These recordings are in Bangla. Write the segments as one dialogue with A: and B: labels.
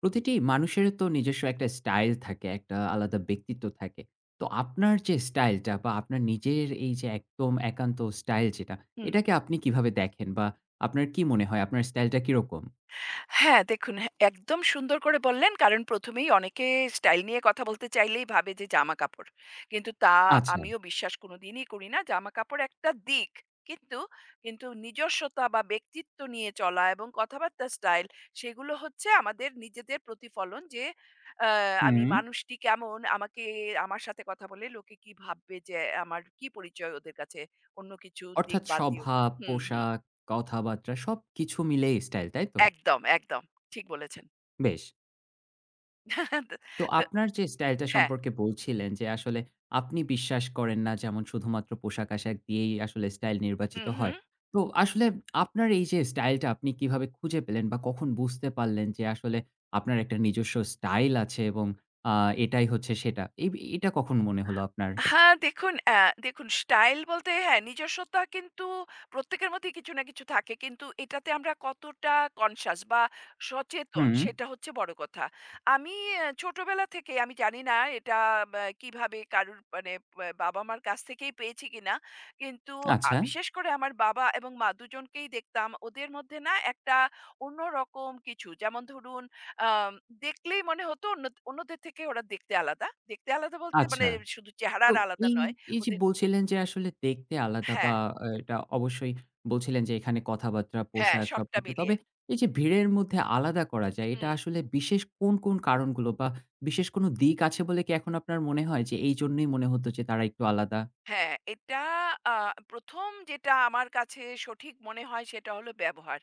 A: প্রতিটি মানুষের তো নিজস্ব একটা স্টাইল থাকে, একটা আলাদা ব্যক্তিত্ব থাকে। তো আপনার যে স্টাইলটা বা আপনার নিজের এই যে একদম একান্ত স্টাইল যেটা,
B: হুম।
A: এটাকে আপনি কিভাবে দেখেন? বা আপনার কি মনে হয় আপনার স্টাইলটা কিরকম?
B: হ্যাঁ, দেখুন হ্যাঁ, একদম সুন্দর করে বললেন। কারণ ১ম এই অনেকে স্টাইল নিয়ে কথা বলতে চাইলেই ভাবে যে জামাকাপড়। কিন্তু তা
A: আচ্ছা।
B: আমিও বিশ্বাস কোনদিনই করি না। জামাকাপড় একটা দিক। কিন্তু, কিন্তু নিজস্বতা বা ব্যক্তিত্ব নিয়ে চলা এবং কথাবার্তার স্টাইল, সেগুলো হচ্ছে আমাদের নিজেদের প্রতিফলন যে আ আমি
A: হুম।
B: মানুষটি কেমন, আমার সাথে কথা বলে লোকে কি ভাববে যে আমার কি পরিচয় ওদের কাছে, অন্য কিছু দিক
A: অর্থাৎ
B: বাদ দিয়েও।
A: স্বভাব,
B: হুম, হুম।
A: পোশাক, কথাবার্তা সবকিছু মিলেই স্টাইল, তাই তো?
B: একদম, একদম। ঠিক বলেছেন।
A: বেশ।
B: তো
A: তো
B: তো
A: আপনার যে স্টাইলটা
B: হ্যাঁ।
A: সম্পর্কে বলছিলেন যে, আসলে আপনি বিশ্বাস করেন না যেমন শুধুমাত্র পোশাক-আশাক দিয়েই আসলে স্টাইল নির্বাচিত
B: হুম,
A: হয়।
B: হুম।
A: তো আসলে আপনার এই যে স্টাইলটা আপনি কিভাবে খুঁজে পেলেন বা কখন বুঝতে পারলেন যে আসলে আপনার একটা নিজস্ব স্টাইল আছে এবং আ এটাই হচ্ছে সেটা। এটা কখন মনে হলো আপনার?
B: হ্যাঁ, দেখুন স্টাইল বলতে হ্যাঁ, নিজস্বতা কিন্তু প্রত্যেকের মধ্যেই কিছু না কিছু থাকে। কিন্তু এটাতে আমরা কতটা কনশাস বা সচেতন
A: হুম,
B: সেটা হচ্ছে বড় কথা। আমি ছোটবেলা থেকেই আমি জানি না এটা বা কিভাবে কারুর মানে বা বাবা-মার কাছ থেকেই পেয়েছি কিনা। কিন্তু
A: আচ্ছা,
B: বিশেষ করে আমার বাবা এবং মা দুজনকেই দেখতাম ওদের মধ্যে না একটা অন্যরকম কিছু, যেমন ধরুন আম দেখলেই মনে হতো অন্যদের থেকে ওরা দেখতে আলাদা। দেখতে আলাদা বলতে
A: আচ্ছা।
B: মানে শুধু
A: তো
B: চেহারার আলাদা
A: এই,
B: নয়।
A: এই যে
B: ওদের
A: বলছিলেন যে আসলে দেখতে আলাদা বা
B: হ্যাঁ,
A: এটা অবশ্যই বলছিলেন যে এখানে কথাবার্তা,
B: হ্যাঁ,
A: পোশাক
B: সবটা
A: সবকিছু। তবে
B: মিলিয়ে।
A: এই যে ভিড়ের মধ্যে আলাদা করা যায় এটা
B: হুম।
A: আসলে বিশেষ কোন, কোন কারণগুলো বা বিশেষ কোন দিক আছে বলে কি এখন আপনার মনে হয় যে এইজন্যই মনে হতো যে তারা একটু আলাদা?
B: হ্যাঁ, এটা আ ১ম যেটা আমার কাছে সঠিক মনে হয় সেটা হলো ব্যবহার।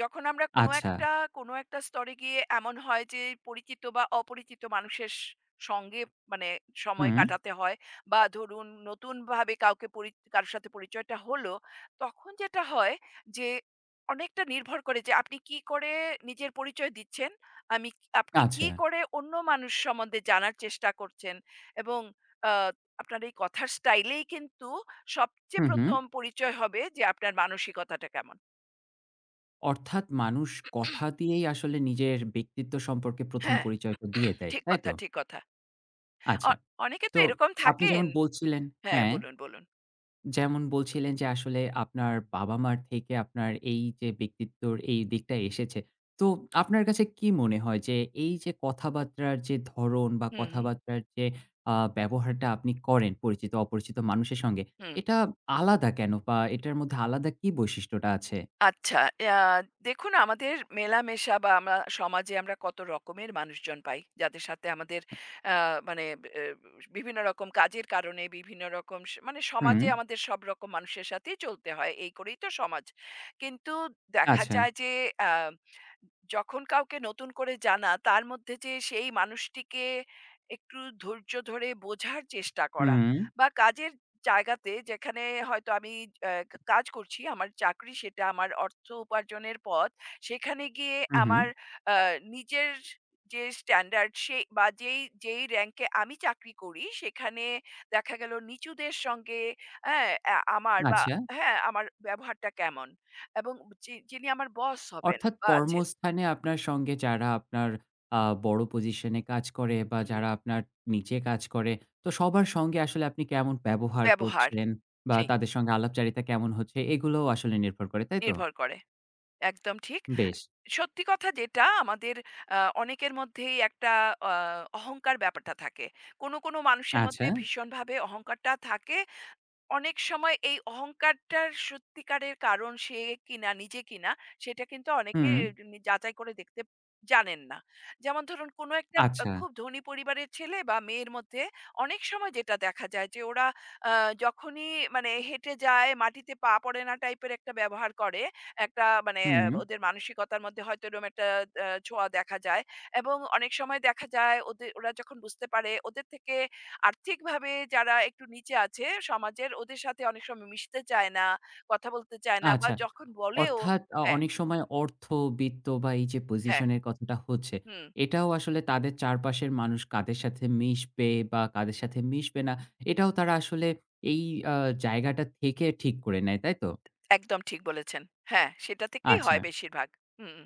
B: যখন আমরা কোনো
A: আচ্ছা।
B: একটা কোনো একটা স্তরে গিয়ে এমন হয় যে পরিচিত বা অপরিচিত মানুষের সঙ্গে মানে সময়
A: হুম,
B: কাটাতে হয় বা ধরুন নতুনভাবে কাউকে কারো সাথে পরিচয়টা হলো, তখন যেটা হয় যে অনেকটা নির্ভর করে যে আপনি কি করে নিজের পরিচয় দিচ্ছেন, আমি আপনি
A: আচ্ছা।
B: কি করে অন্য মানুষ সম্বন্ধে জানার চেষ্টা করছেন এবং আ আপনার এই কথার স্টাইলেই কিন্তু সবচেয়ে
A: হুম, হুম।
B: ১ম পরিচয় হবে যে আপনার মানসিকতাটা কেমন।
A: অর্থাৎ মানুষ কথা দিয়েই আসলে নিজের ব্যক্তিত্ব সম্পর্কে ১ম
B: হ্যাঁ,
A: পরিচয়টা দিয়ে দেয়।
B: ঠিক
A: তাই
B: কথা,
A: তো?
B: ঠিক কথা। অ
A: আচ্ছা।
B: অনেকে তো
A: তো
B: এরকম
A: আপনি
B: থাকেন।
A: যেমন বলছিলেন
B: হ্যাঁ,
A: হ্যাঁ।
B: বলুন, বলুন।
A: যেমন বলছিলেন যে আসলে আপনার বাবা-মার থেকে আপনার এই যে ব্যক্তিত্বর এই দিকটা এসেছে। তো আপনার কাছে কি মনে হয় যে এই যে কথাবার্তার যে ধরন বা
B: হুম, হুম,
A: কথাবার্তার যে ব্যবহারটা আপনি করেন পরিচিত অপরিচিত মানুষের সঙ্গে,
B: হুম।
A: এটা আলাদা কেন? বা এটার মধ্যে আলাদা কি বৈশিষ্ট্যটা আছে?
B: আচ্ছা, আ দেখুন আমাদের মেলামেশা বা আমরা সমাজে আমরা কত রকমের মানুষজন পাই। যাদের সাথে আমাদের আ মানে এ বিভিন্ন রকম কাজের কারণে বিভিন্ন রকম মানে
A: হুম,
B: সমাজে আমাদের সব রকম মানুষের সাথেই চলতে হয়। এই করেই তো সমাজ। কিন্তু দেখা
A: আচ্ছা।
B: যায় যে আ যখন কাউকে নতুন করে জানা তার মধ্যে যে সেই মানুষটিকে একটু ধৈর্য ধরে বোঝার চেষ্টা করা,
A: হুম,
B: বা কাজের জায়গাতে যেখানে হয়তো আমি কাজ করছি, আমার চাকরি সেটা আমার অর্থ উপার্জনের পথ। সেখানে গিয়ে
A: হু, হু,
B: আমার নিজের যে স্ট্যান্ডার্ড সে বা যেই যেই র‍্যাংকে আমি চাকরি করি সেখানে দেখা গেল নিচুদের সঙ্গে, হ্যাঁ, আমার বা
A: আচ্ছা।
B: হ্যাঁ আমার ব্যবহারটা কেমন, এবং যিনি আমার বস হবেন
A: অর্থাৎ
B: বা আছেন।
A: কর্মস্থানে আপনার সঙ্গে যারা আপনার আ বড় পজিশনে কাজ করে বা
B: হুম, হুম,
A: যারা আপনার নিচে কাজ করে, তো সবার সঙ্গে আসলে আপনি কেমন ব্যবহার
B: ব্যবহার,
A: করছেন বা
B: সেই
A: তাদের সঙ্গে আলাপচারিতা কেমন হচ্ছে এগুলোও আসলে নির্ভর করে, তাই তো?
B: নির্ভর করে, একদম ঠিক
A: বেশ।
B: সত্যি কথা। যেটা আমাদের আ অনেকের মধ্যেই একটা আ অহংকার ব্যাপারটা থাকে। কোনো, কোনো মানুষের
A: আচ্ছা।
B: মধ্যে ভীষণভাবে অহংকারটা থাকে। অনেক সময় এই অহংকারটার সত্যিকারের কারণ সে কিনা নিজে কিনা সেটা কিন্তু অনেকে
A: হুম।
B: যাচাই করে দেখতে জানেন না। যেমন ধরুন কোনো একটা
A: আচ্ছা।
B: খুব ধনী পরিবারের ছেলে বা মেয়ের মধ্যে অনেক সময় যেটা দেখা যায় যে ওরা যখনই মানে হেঁটে যায় মাটিতে পা পড়ে না টাইপের একটা ব্যবহার করে, একটা মানে
A: হুম।
B: ওদের মানসিকতার মধ্যে হয়তো এরকম একটা ছোঁয়া দেখা যায়। এবং অনেক সময় দেখা যায় ওরা যখন বুঝতে পারে ওদের থেকে আর্থিকভাবে যারা একটু নিচে আছে সমাজের, ওদের সাথে অনেক সময় মিশতে চায় না, কথা বলতে চায় না বা
A: আচ্ছা।
B: যখন বলেও।
A: অর্থাৎ
B: হ্যাঁ,
A: অনেক সময় অর্থ, বিত্ত বা এই যে
B: হ্যাঁ,
A: পজিশনের কথাটা হচ্ছে,
B: হুম,
A: এটাও আসলে তাদের চারপাশের মানুষ কাদের সাথে মিশবে বা কাদের সাথে মিশবে না, এটাও তারা আসলে এই আ জায়গাটা থেকে ঠিক করে নেয়, তাই তো?
B: একদম ঠিক বলেছেন। হ্যাঁ, সেটা থেকেই
A: আচ্ছা।
B: হয় বেশিরভাগ। হুম।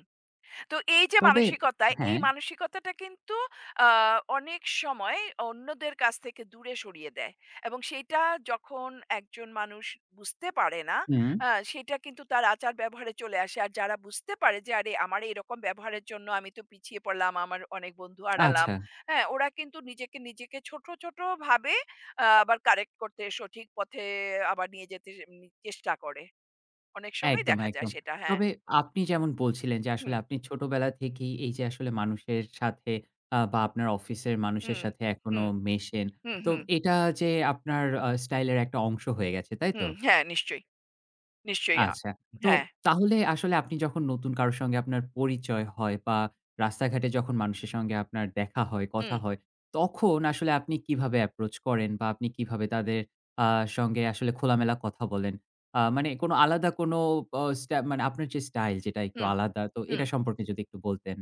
B: তো এই যে
A: তবে
B: মানসিকতা, এই
A: হ্যাঁ,
B: মানসিকতাটা কিন্তু আ অনেক সময় অন্যদের কাছ থেকে দূরে সরিয়ে দেয়। এবং সেইটা যখন একজন মানুষ বুঝতে পারে না,
A: হুম,
B: আ সেটা কিন্তু তার আচার-ব্যবহারে চলে আসে। আর যারা বুঝতে পারে যে, "আরে আমার এরকম ব্যবহারের জন্য আমি তো পিছিয়ে পড়লাম, আমার অনেক বন্ধু হারালাম।"
A: আচ্ছা।
B: হ্যাঁ? ওরা কিন্তু নিজেকে ছোট, ছোট ভাবে, আবার কারেক্ট করতে, সঠিক পথে আবার নিয়ে যেতে সে চেষ্টা করে। অনেক সময়
A: একদম,
B: দেখা যায়
A: একদম।
B: সেটা। হ্যাঁ।
A: তবে আপনি যেমন বলছিলেন যে আসলে
B: হুম,
A: আপনি ছোটবেলা থেকেই এই যে আসলে মানুষের সাথে বা আপনার অফিসের মানুষের
B: হুম,
A: সাথে এখনো
B: হুম,
A: মেশেন।
B: হুম,
A: তো
B: হুম।
A: এটা যে আপনার স্টাইলের একটা অংশ হয়ে গেছে, তাই তো?
B: হুম, হ্যাঁ, নিশ্চয়ই, নিশ্চয়ই।
A: আচ্ছা। তো
B: হ্যাঁ,
A: তাহলে আসলে আপনি যখন নতুন কারো সঙ্গে আপনার পরিচয় হয় বা রাস্তাঘাটে যখন মানুষের সঙ্গে আপনার দেখা হয়, কথা
B: হুম,
A: হয়, তখন আসলে আপনি কিভাবে অ্যাপ্রোচ করেন বা আপনি কিভাবে তাদের আ সঙ্গে আসলে খোলামেলা কথা বলেন? মানে কোনো আলাদা কোনো অ স্টা মানে আপনার যে স্টাইল যেটা একটু
B: হুম,
A: আলাদা, তো
B: হুম।
A: এটা সম্পর্কে যদি একটু বলতেন?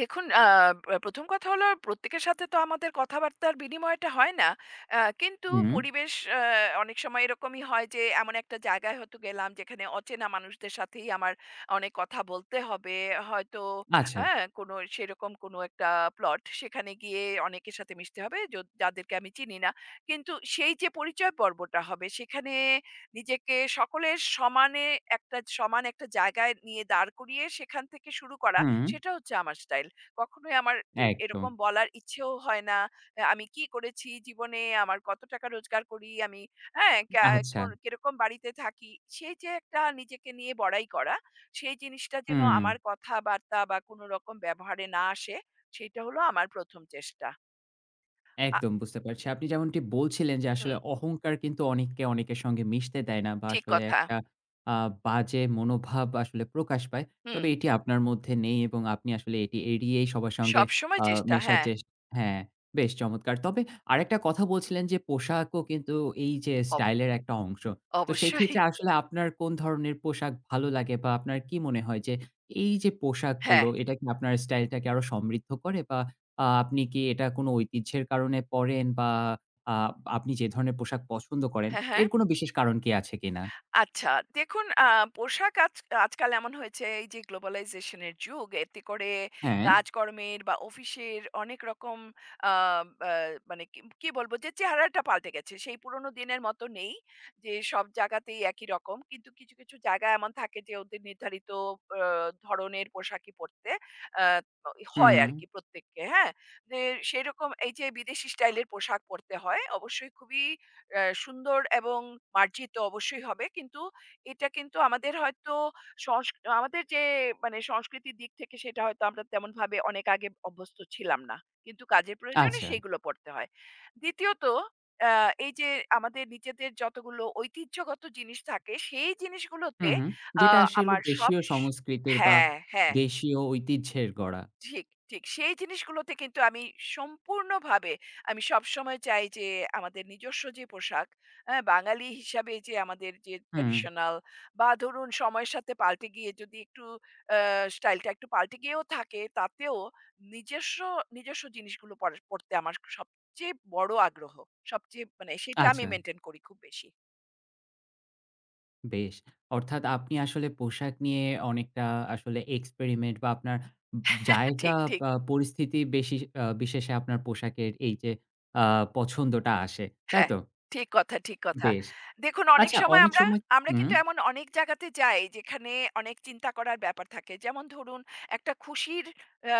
B: দেখুন আ আ ১ম কথা হলো প্রত্যেকের সাথে তো আমাদের কথাবার্তার বিনিময়টা হয় না। কিন্তু
A: হুম,
B: পরিবেশ, আ অনেক সময় এরকমই হয় যে এমন একটা জায়গায় হয়তো গেলাম যেখানে অচেনা মানুষদের সাথেই আমার অনেক কথা বলতে হবে। হয়তো
A: আচ্ছা।
B: হ্যাঁ, কোনো সেরকম কোনো একটা প্লট সেখানে গিয়ে অনেকের সাথে মিশতে হবে যাদেরকে আমি চিনি না। কিন্তু সেই যে পরিচয় পর্বটা হবে সেখানে নিজেকে সকলের সমানে একটা সমান একটা জায়গায় নিয়ে দাঁড় করিয়ে সেখান থেকে শুরু করা,
A: হুম,
B: সেটা হচ্ছে আমার স্টাইল। কখনোই আমার
A: একদম।
B: এরকম বলার ইচ্ছেও হয় না, আমি কি করেছি জীবনে, আমার কত টাকা রোজগার করি আমি, হ্যাঁ?
A: আচ্ছা।
B: কোন কিরকম বাড়িতে থাকি, সেই যে একটা নিজেকে নিয়ে বড়াই করা, সেই জিনিসটা যেন
A: হুম।
B: আমার কথাবার্তা বা কোনো রকম ব্যবহারে না আসে, সেইটা হলো আমার ১ম চেষ্টা। আ
A: একদম বুঝতে পারছি। আপনি যেমনটি বলছিলেন যে আসলে
B: হুম,
A: অহংকার কিন্তু অনেককে অনেকের সঙ্গে মিশতে দেয় না বা
B: ঠিক
A: আসলে
B: কথা।
A: একটা আ বাজে মনোভাব আসলে প্রকাশ পায়।
B: হুম,
A: তবে এটি আপনার মধ্যে নেই এবং আপনি আসলে এটি এড়িয়েই সবার সঙ্গে
B: সবসময়
A: আ
B: চেষ্টা,
A: মেশার
B: হ্যাঁ।
A: চেষ হ্যাঁ, বেশ চমৎকার। তবে আরেকটা কথা বলছিলেন যে পোশাকও কিন্তু এই যে
B: অব
A: স্টাইলের একটা অংশ। তো সেই
B: অবশ্যই,
A: ক্ষেত্রে আসলে আপনার কোন ধরনের পোশাক ভালো লাগে বা আপনার কি মনে হয় যে এই যে পোশাকগুলো
B: হ্যাঁ।
A: এটা কি আপনার স্টাইলটাকে আরো সমৃদ্ধ করে বা আপনি কি এটা কোনো ঐতিহ্যের কারণে পড়েন বা আ আপনি যে ধরনের পোশাক পছন্দ করেন,
B: হ্যাঁ, হ্যাঁ।
A: এর কোনো বিশেষ কারণ কি আছে কিনা?
B: আচ্ছা, দেখুন পোশাক আজকাল এমন হয়েছে, এই যে গ্লোবালাইজেশন এর যুগ, এতে করে
A: হ্যাঁ,
B: কাজকর্মের বা অফিসের অনেক রকম আ আ মানে কি কি বলব, যে চেহারাটা পাল্টে গেছে। সেই পুরনো দিনের মতো নেই যে সব জায়গাতেই একই রকম। কিন্তু কিছু, কিছু জায়গা এমন থাকে যে ওদের নির্ধারিত আ ধরনের পোশাকই পরতে আ হয়
A: হুম,
B: আরকি প্রত্যেককে, হ্যাঁ? যে সেরকম এই যে বিদেশি স্টাইল এর পোশাক পরতে হয় অবশ্যই, খুবই সুন্দর এবং মার্জিত অবশ্যই হবে, কিন্তু এটা কিন্তু আমাদের হয়তো আমাদের যে মানে সংস্কৃতির দিক থেকে সেটা হয়তো আমরা তেমন ভাবে অনেক আগে অভ্যস্ত ছিলাম না, কিন্তু কাজের প্রয়োজনে
A: আচ্ছা।
B: সেইগুলো পড়তে হয়। দ্বিতীয়ত এই যে আমাদের নিজেদের যতগুলো ঐতিহ্যগত জিনিস থাকে সেই জিনিসগুলোতে
A: হুম, হুম। যেটা আসলে
B: আমার সব
A: দেশীয় সংস্কৃতির বা
B: হ্যাঁ, হ্যাঁ,
A: দেশীয় ঐতিহ্যের গড়া।
B: ঠিক, ঠিক। সেই জিনিসগুলোতে কিন্তু আমি সম্পূর্ণভাবে, আমি সবসময় চাই যে আমাদের নিজস্ব যে পোশাক, হ্যাঁ? বাঙালি হিসাবে যে আমাদের যে
A: হুম,
B: ট্র্যাডিশনাল বা ধরুন সময়ের সাথে পাল্টে গিয়ে যদি একটু আ স্টাইলটা একটু পাল্টে গিয়েও থাকে, তাতেও নিজস্ব, নিজস্ব জিনিসগুলো পড়তে আমার সবচেয়ে বড় আগ্রহ। সবচেয়ে মানে সেটা আমি
A: আচ্ছা,
B: মেইনটেইন করি খুব বেশি।
A: বেশ। অর্থাৎ আপনি আসলে পোশাক নিয়ে অনেকটা আসলে এক্সপেরিমেন্ট বা আপনার উব জায়গা
B: ঠিক, ঠিক।
A: বা পরিস্থিতি বেশি বিশেষে আপনার পোশাকের এই যে আ পছন্দটা আসে। তাই
B: হ্যাঁ,
A: তো?
B: ঠিক কথা, ঠিক কথা।
A: বেশ।
B: দেখুন অনেক
A: আচ্ছা
B: সময়
A: অনেক
B: আমরা
A: সময়
B: আমরা
A: হুম?
B: কিন্তু এমন অনেক জায়গাতে যাই যেখানে অনেক চিন্তা করার ব্যাপার থাকে। যেমন ধরুন একটা খুশির আ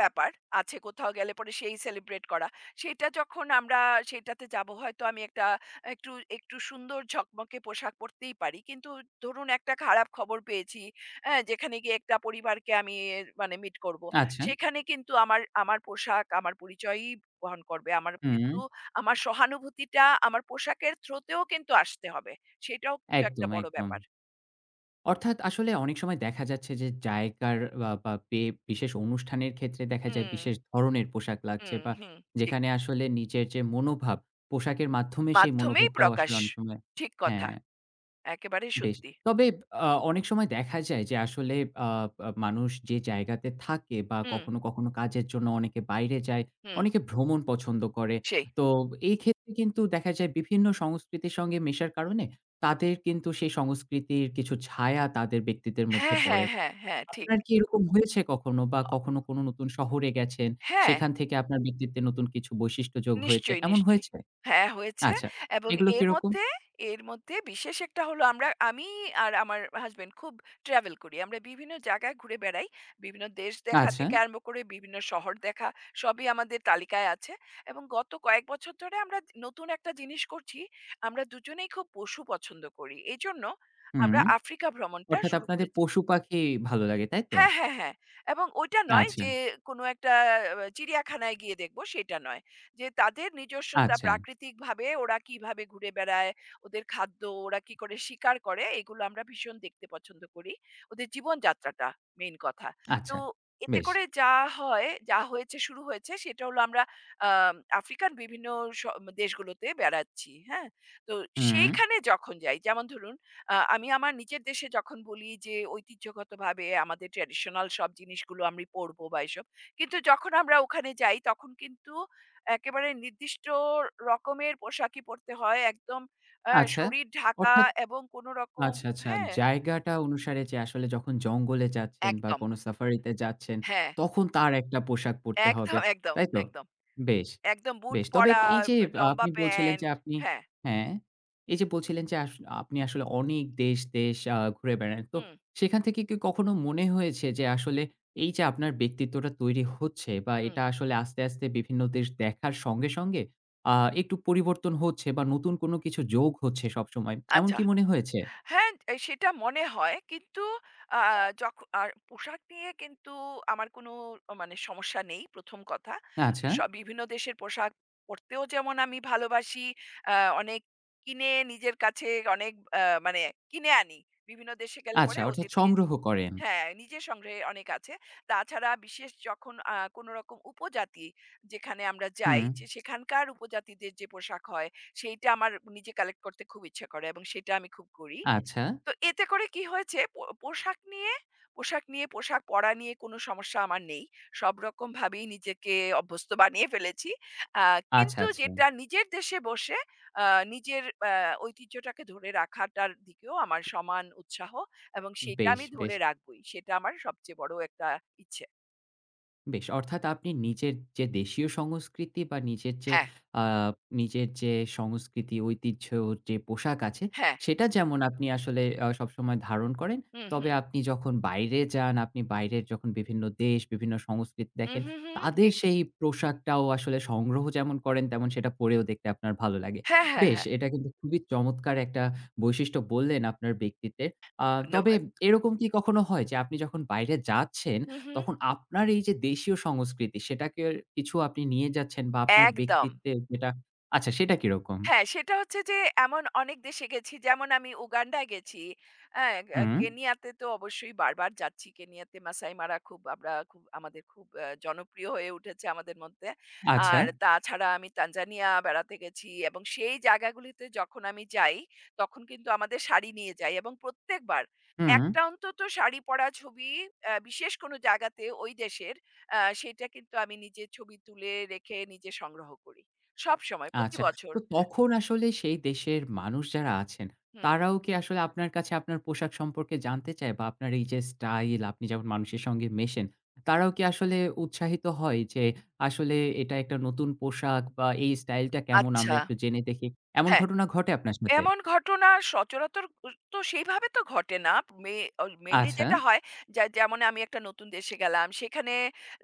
B: ব্যাপার আছে কোথাও, গেলে পরে সেই সেলিব্রেট করা। সেটা যখন আমরা সেটাতে যাবো হয়তো আমি একটু একটু সুন্দর ঝকমকে পোশাক পরতেই পারি। কিন্তু ধরুন একটা খারাপ খবর পেয়েছি, হ্যাঁ? যেখানে গিয়ে একটা পরিবারকে আমি মানে মিট করব।
A: আচ্ছা।
B: সেখানে কিন্তু আমার আমার পোশাক আমার পরিচয়ই বহন করবে। আমার
A: হুম,
B: কিন্তু আমার সহানুভূতিটা আমার পোশাকের থ্রোতেও কিন্তু আসতে হবে। সেটাও কিন্তু একটা
A: একদম,
B: বড়
A: একদম।
B: ব্যাপার।
A: অর্থাৎ আসলে অনেক সময় দেখা যাচ্ছে যে জায়গার বা বা বে বিশেষ অনুষ্ঠানের ক্ষেত্রে দেখা যায়
B: হুম,
A: বিশেষ ধরনের পোশাক লাগছে
B: হুম,
A: বা
B: হুম, ঠিক।
A: যেখানে আসলে নিজের যে মনোভাব, পোশাকের মাধ্যমে সেই
B: মাধ্যমেই
A: মনোভাবটাও
B: প্রকাশ।
A: আসলে অনেক সময়
B: ঠিক কথা।
A: হ্যাঁ।
B: একেবারেই
A: বেশ।
B: সত্যি।
A: তবে অনেক সময় দেখা যায় যে আসলে আ আ মানুষ যে জায়গাতে থাকে বা
B: হুম,
A: কখনো, কখনো কাজের জন্য অনেকে বাইরে যায়,
B: হুম,
A: অনেকে ভ্রমণ পছন্দ করে।
B: সেই।
A: তো এই ক্ষেত্রে কিন্তু দেখা যায় বিভিন্ন সংস্কৃতির সঙ্গে মেশার কারণে তাদের কিন্তু সেই সংস্কৃতির কিছু ছায়া তাদের ব্যক্তিত্বের মধ্যে
B: হ্যাঁ,
A: পড়ে।
B: হ্যাঁ, হ্যাঁ, হ্যাঁ, ঠিক।
A: আপনার কি এরকম হয়েছে কখনো বা
B: অ
A: কখনো কোনো নতুন শহরে গেছেন,
B: হ্যাঁ।
A: সেখান থেকে আপনার ব্যক্তিত্বে নতুন কিছু বৈশিষ্ট্য যোগ হয়েছে,
B: নিশ্চয়ই,
A: এমন
B: নিশ্চয়ই।
A: হয়েছে?
B: হ্যাঁ, হয়েছে,
A: আচ্ছা।
B: এবং
A: এগুলো
B: এর
A: কিরকম?
B: মধ্যে এর মধ্যে বিশেষ একটা হলো, আমি আর আমার হাসব্যান্ড খুব ট্রাভেল করি। আমরা বিভিন্ন জায়গায় ঘুরে বেড়াই। বিভিন্ন দেশ দেখা
A: আচ্ছা।
B: থেকে আরম্ভ করে বিভিন্ন শহর দেখা সবই আমাদের তালিকায় আছে, এবং গত কয়েক বছর ধরে আমরা নতুন একটা জিনিস করছি। আমরা দুজনেই খুব পশু পছন্দ করি। এজন্য
A: হুম।
B: আমরা আফ্রিকা ভ্রমণটা
A: অর্থাৎ
B: শুরু
A: আপনাদের
B: করেছি।
A: পশু-পাখি ভালো লাগে, তাই তো?
B: হ্যাঁ, হ্যাঁ, হ্যাঁ। এবং ওইটা নয়
A: আচ্ছা,
B: যে কোনো একটা চিড়িয়াখানায় গিয়ে দেখব সেটা নয়। যে তাদের নিজস্বতা
A: আচ্ছা,
B: প্রাকৃতিকভাবে ওরা কিভাবে ঘুরে বেড়ায়, ওদের খাদ্য, ওরা কি করে শিকার করে, এগুলো আমরা ভীষণ দেখতে পছন্দ করি। ওদের জীবনযাত্রাটা মেইন কথা। তো
A: আচ্ছা।
B: এতে
A: বেশ।
B: করে যা হয়, যা হয়েছে শুরু হয়েছে সেটা হলো আমরা আম আফ্রিকান বিভিন্ন স দেশগুলোতে বেড়াচ্ছি। হ্যাঁ? তো
A: হুম,
B: সেইখানে যখন যাই যেমন ধরুন আমি আমার নিজের দেশে যখন বলি যে ঐতিহ্যগতভাবে আমাদের ট্র্যাডিশনাল সব জিনিসগুলো আমি পরবো বা এসব। কিন্তু যখন আমরা ওখানে যাই তখন কিন্তু একেবারে নির্দিষ্ট রকমের পোশাকই পরতে হয়। একদম
A: আচ্ছা।
B: শরীর ঢাকা,
A: অর্থাৎ
B: এবং কোন রকম।
A: আচ্ছা, আচ্ছা।
B: হ্যাঁ,
A: জায়গাটা অনুসারে যে আসলে যখন জঙ্গলে যাচ্ছেন বা
B: একদম।
A: কোনো সাফারিতে যাচ্ছেন,
B: হ্যাঁ,
A: তখন তার একটা পোশাক পরতে হবে।
B: একদম, একদম,
A: তাই তো?
B: একদম।
A: বেশ,
B: একদম বুট
A: বেশ। তবে
B: পরা,
A: এই যে
B: লম্বা
A: আপনি বলছিলেন যে
B: প্যান্ট।
A: আপনি
B: হ্যাঁ,
A: হ্যাঁ, এই যে বলছিলেন যে আপনি আসলে অনেক দেশ ঘুরে বেড়ান। তো
B: হুম,
A: সেখান থেকে কি কখনো মনে হয়েছে যে আসলে এই যে আপনার ব্যক্তিত্বটা তৈরি হচ্ছে বা
B: হুম।
A: এটা আসলে আস্তে, আস্তে বিভিন্ন দেশ দেখার সঙ্গে, সঙ্গে আ একটু পরিবর্তন হচ্ছে বা নতুন কোনো কিছু যোগ হচ্ছে সবসময়। এমন
B: আচ্ছা।
A: কি মনে হয়েছে?
B: হ্যাঁ, সেটা মনে হয়। কিন্তু আ যখ আর পোশাক নিয়ে কিন্তু আমার কোনো মানে সমস্যা নেই, ১ম কথা।
A: আচ্ছা,
B: বিভিন্ন দেশের পোশাক পরতেও যেমন আমি ভালোবাসি, আ অনেক কিনে নিজের কাছে অনেক, আ মানে কিনে আনি। বিভিন্ন দেশে গেলে
A: আচ্ছা
B: পরে
A: অর্থাৎ
B: ওদেরকে।
A: সংগ্রহ করেন।
B: হ্যাঁ, নিজের সংগ্রহে অনেক আছে। তাছাড়া বিশেষ যখন কোনো রকম উপজাতি যেখানে আমরা
A: হুম।
B: যাই, যে সেখানকার উপজাতিদের যে পোশাক হয় সেইটা আমার নিজে কালেক্ট করতে খুব ইচ্ছে করে এবং সেটা আমি খুব করি।
A: আচ্ছা,
B: তো এতে করে কি হয়েছে, পোশাক নিয়ে, পোশাক পরা নিয়ে কোনো সমস্যা আমার নেই। সব রকম ভাবেই নিজেকে অভ্যস্ত বানিয়ে ফেলেছি। আ
A: আচ্ছা,
B: কিন্তু
A: আচ্ছা।
B: যেটা নিজের দেশে বসে আ নিজের আ ঐতিহ্যটাকে ধরে রাখাটার দিকেও আমার সমান উৎসাহ, এবং সেটা
A: বেশ,
B: আমি
A: বেশ।
B: ধরে রাখবই। সেটা আমার সবচেয়ে বড় একটা ইচ্ছে।
A: বেশ। অর্থাৎ আপনি নিজের যে দেশীয় সংস্কৃতি বা নিজের যে
B: হ্যাঁ,
A: আ নিজের যে সংস্কৃতি, ঐতিহ্য যে পোশাক আছে,
B: হ্যাঁ।
A: সেটা যেমন আপনি আসলে সবসময় ধারণ করেন।
B: হুম,
A: তবে
B: হুম।
A: আপনি যখন বাইরে যান, আপনি বাইরের যখন বিভিন্ন দেশ, বিভিন্ন সংস্কৃতি
B: হুম,
A: দেখেন,
B: হুম, হুম,
A: তাদের
B: ঠিক।
A: সেই পোশাকটাও আসলে সংগ্রহ যেমন করেন, তেমন সেটা পড়েও দেখতে আপনার ভালো লাগে।
B: হ্যাঁ, হ্যাঁ,
A: বেশ,
B: হ্যাঁ।
A: এটা কিন্তু খুবই চমৎকার একটা বৈশিষ্ট্য বললেন আপনার ব্যক্তিত্বের। আ তবে
B: ধন্যবাদ।
A: এরকম কি কখনো হয় যে আপনি যখন বাইরে যাচ্ছেন
B: হুম, হুম।
A: তখন আপনার এই যে দেশীয় সংস্কৃতি সেটাকে কিছু আপনি নিয়ে যাচ্ছেন বা আপনার
B: একদম।
A: ব্যক্তিত্বে যেটা আচ্ছা সেটা কিরকম?
B: হ্যাঁ, সেটা হচ্ছে যে এমন অনেক দেশে গেছি। যেমন আমি উগান্ডায় গেছি। হ্যাঁ,
A: হুম,
B: কেনিয়াতে তো অবশ্যই বারবার যাচ্ছি। কেনিয়াতে মাসাই মারা খুব আমরা, খুব আমাদের, খুব জনপ্রিয় হয়ে উঠেছে আমাদের মধ্যে।
A: আচ্ছা,
B: আর তাছাড়া আমি তানজানিয়া বেড়াতে গেছি, এবং সেই জায়গাগুলিতে যখন আমি যাই, তখন কিন্তু আমাদের শাড়ি নিয়ে যাই এবং প্রত্যেকবার
A: হুম,
B: একটা অন্তত শাড়ি পরা ছবি বিশেষ কোনো জায়গাতে ওই দেশের, সেটা কিন্তু আমি নিজে ছবি তুলে রেখে নিজে সংগ্রহ করি। সবসময়, প্রতি
A: আচ্ছা।
B: বছর।
A: তো তখন আসলে সেই দেশের মানুষ যারা আছেন
B: হুম,
A: তারাও কি আসলে আপনার কাছে আপনার পোশাক সম্পর্কে জানতে চায় বা আপনার এই যে স্টাইল আপনি যেমন মানুষের সঙ্গে মেশেন, তারাও কি আসলে উৎসাহিত হয় যে আসলে এটা একটা নতুন পোশাক বা এই স্টাইলটা কেমন আমরা
B: আচ্ছা।
A: একটু জেনে দেখি। এমন
B: হ্যাঁ,
A: ঘটনা ঘটে আপনার সাথে?
B: এমন ঘটনা সচরাচর তো সেইভাবে তো ঘটে না। মে অ মেইনলি
A: আচ্ছা,
B: যেটা হয় যে যেমন আমি একটা নতুন দেশে গেলাম। সেখানে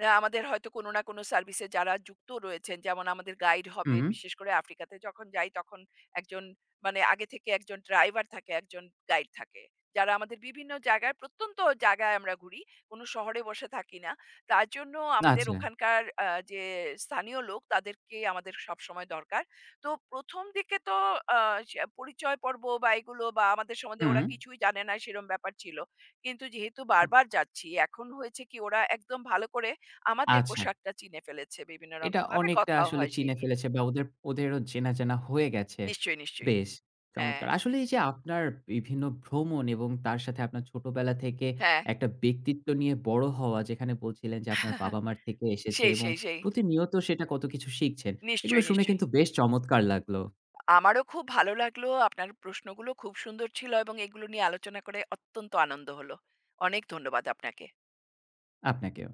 B: আমাদের হয়তো কোনো না কোনো সার্ভিসে যারা যুক্ত রয়েছেন, যেমন আমাদের গাইড হবেন।
A: হুম,
B: বিশেষ করে আফ্রিকাতে যখন যাই তখন একজন, মানে আগে থেকে একজন ড্রাইভার থাকে, একজন গাইড থাকে। যারা আমাদের বিভিন্ন জায়গায় প্রত্যন্ত জায়গায় আমরা ঘুরি। কোনো শহরে বসে থাকি না। তার জন্য আমাদের
A: আচ্ছা,
B: ওখানকার যে স্থানীয় লোক, তাদেরকে আমাদের সবসময় দরকার। তো ১ম দিকে তো আ সে পরিচয় পর্ব বা এগুলো বা আমাদের সম্বন্ধে
A: হুম।
B: ওরা কিছুই জানে না সেরম ব্যাপার ছিল। কিন্তু যেহেতু বারবার যাচ্ছি, এখন হয়েছে কি ওরা একদম ভালো করে আমাদের
A: আচ্ছা।
B: পোশাকটা চিনে ফেলেছে, বিভিন্ন
A: এটা
B: রকমভাবে
A: অনেকটা
B: কথাও
A: আসলে
B: হয় সেই
A: চিনে
B: নিয়ে।
A: ফেলেছে বা ওদের ওদেরও চেনা, চেনা হয়ে গেছে।
B: নিশ্চয়ই, নিশ্চয়ই।
A: বেশ
B: হ্যাঁ,
A: চমৎকার! আসলে এই যে আপনার বিভিন্ন ভ্রমণ এবং তার সাথে আপনার ছোটবেলা থেকে
B: হ্যাঁ।
A: একটা ব্যক্তিত্ব নিয়ে বড় হওয়া যেখানে বলছিলেন যে আপনার বাবা-মার থেকে এসেছে
B: সেই,
A: এবং
B: সেই, সেই।
A: প্রতিনিয়ত সেটা কত কিছু শিখছেন। এগুলো
B: নিশ্চয়ই,
A: শুনে
B: নিশ্চয়ই।
A: কিন্তু বেশ চমৎকার লাগলো।
B: আমারও খুব ভালো লাগলো। আপনার প্রশ্নগুলো খুব সুন্দর ছিল এবং এগুলো নিয়ে আলোচনা করে অত্যন্ত আনন্দ হলো। অনেক ধন্যবাদ আপনাকে।
A: আপনাকেও।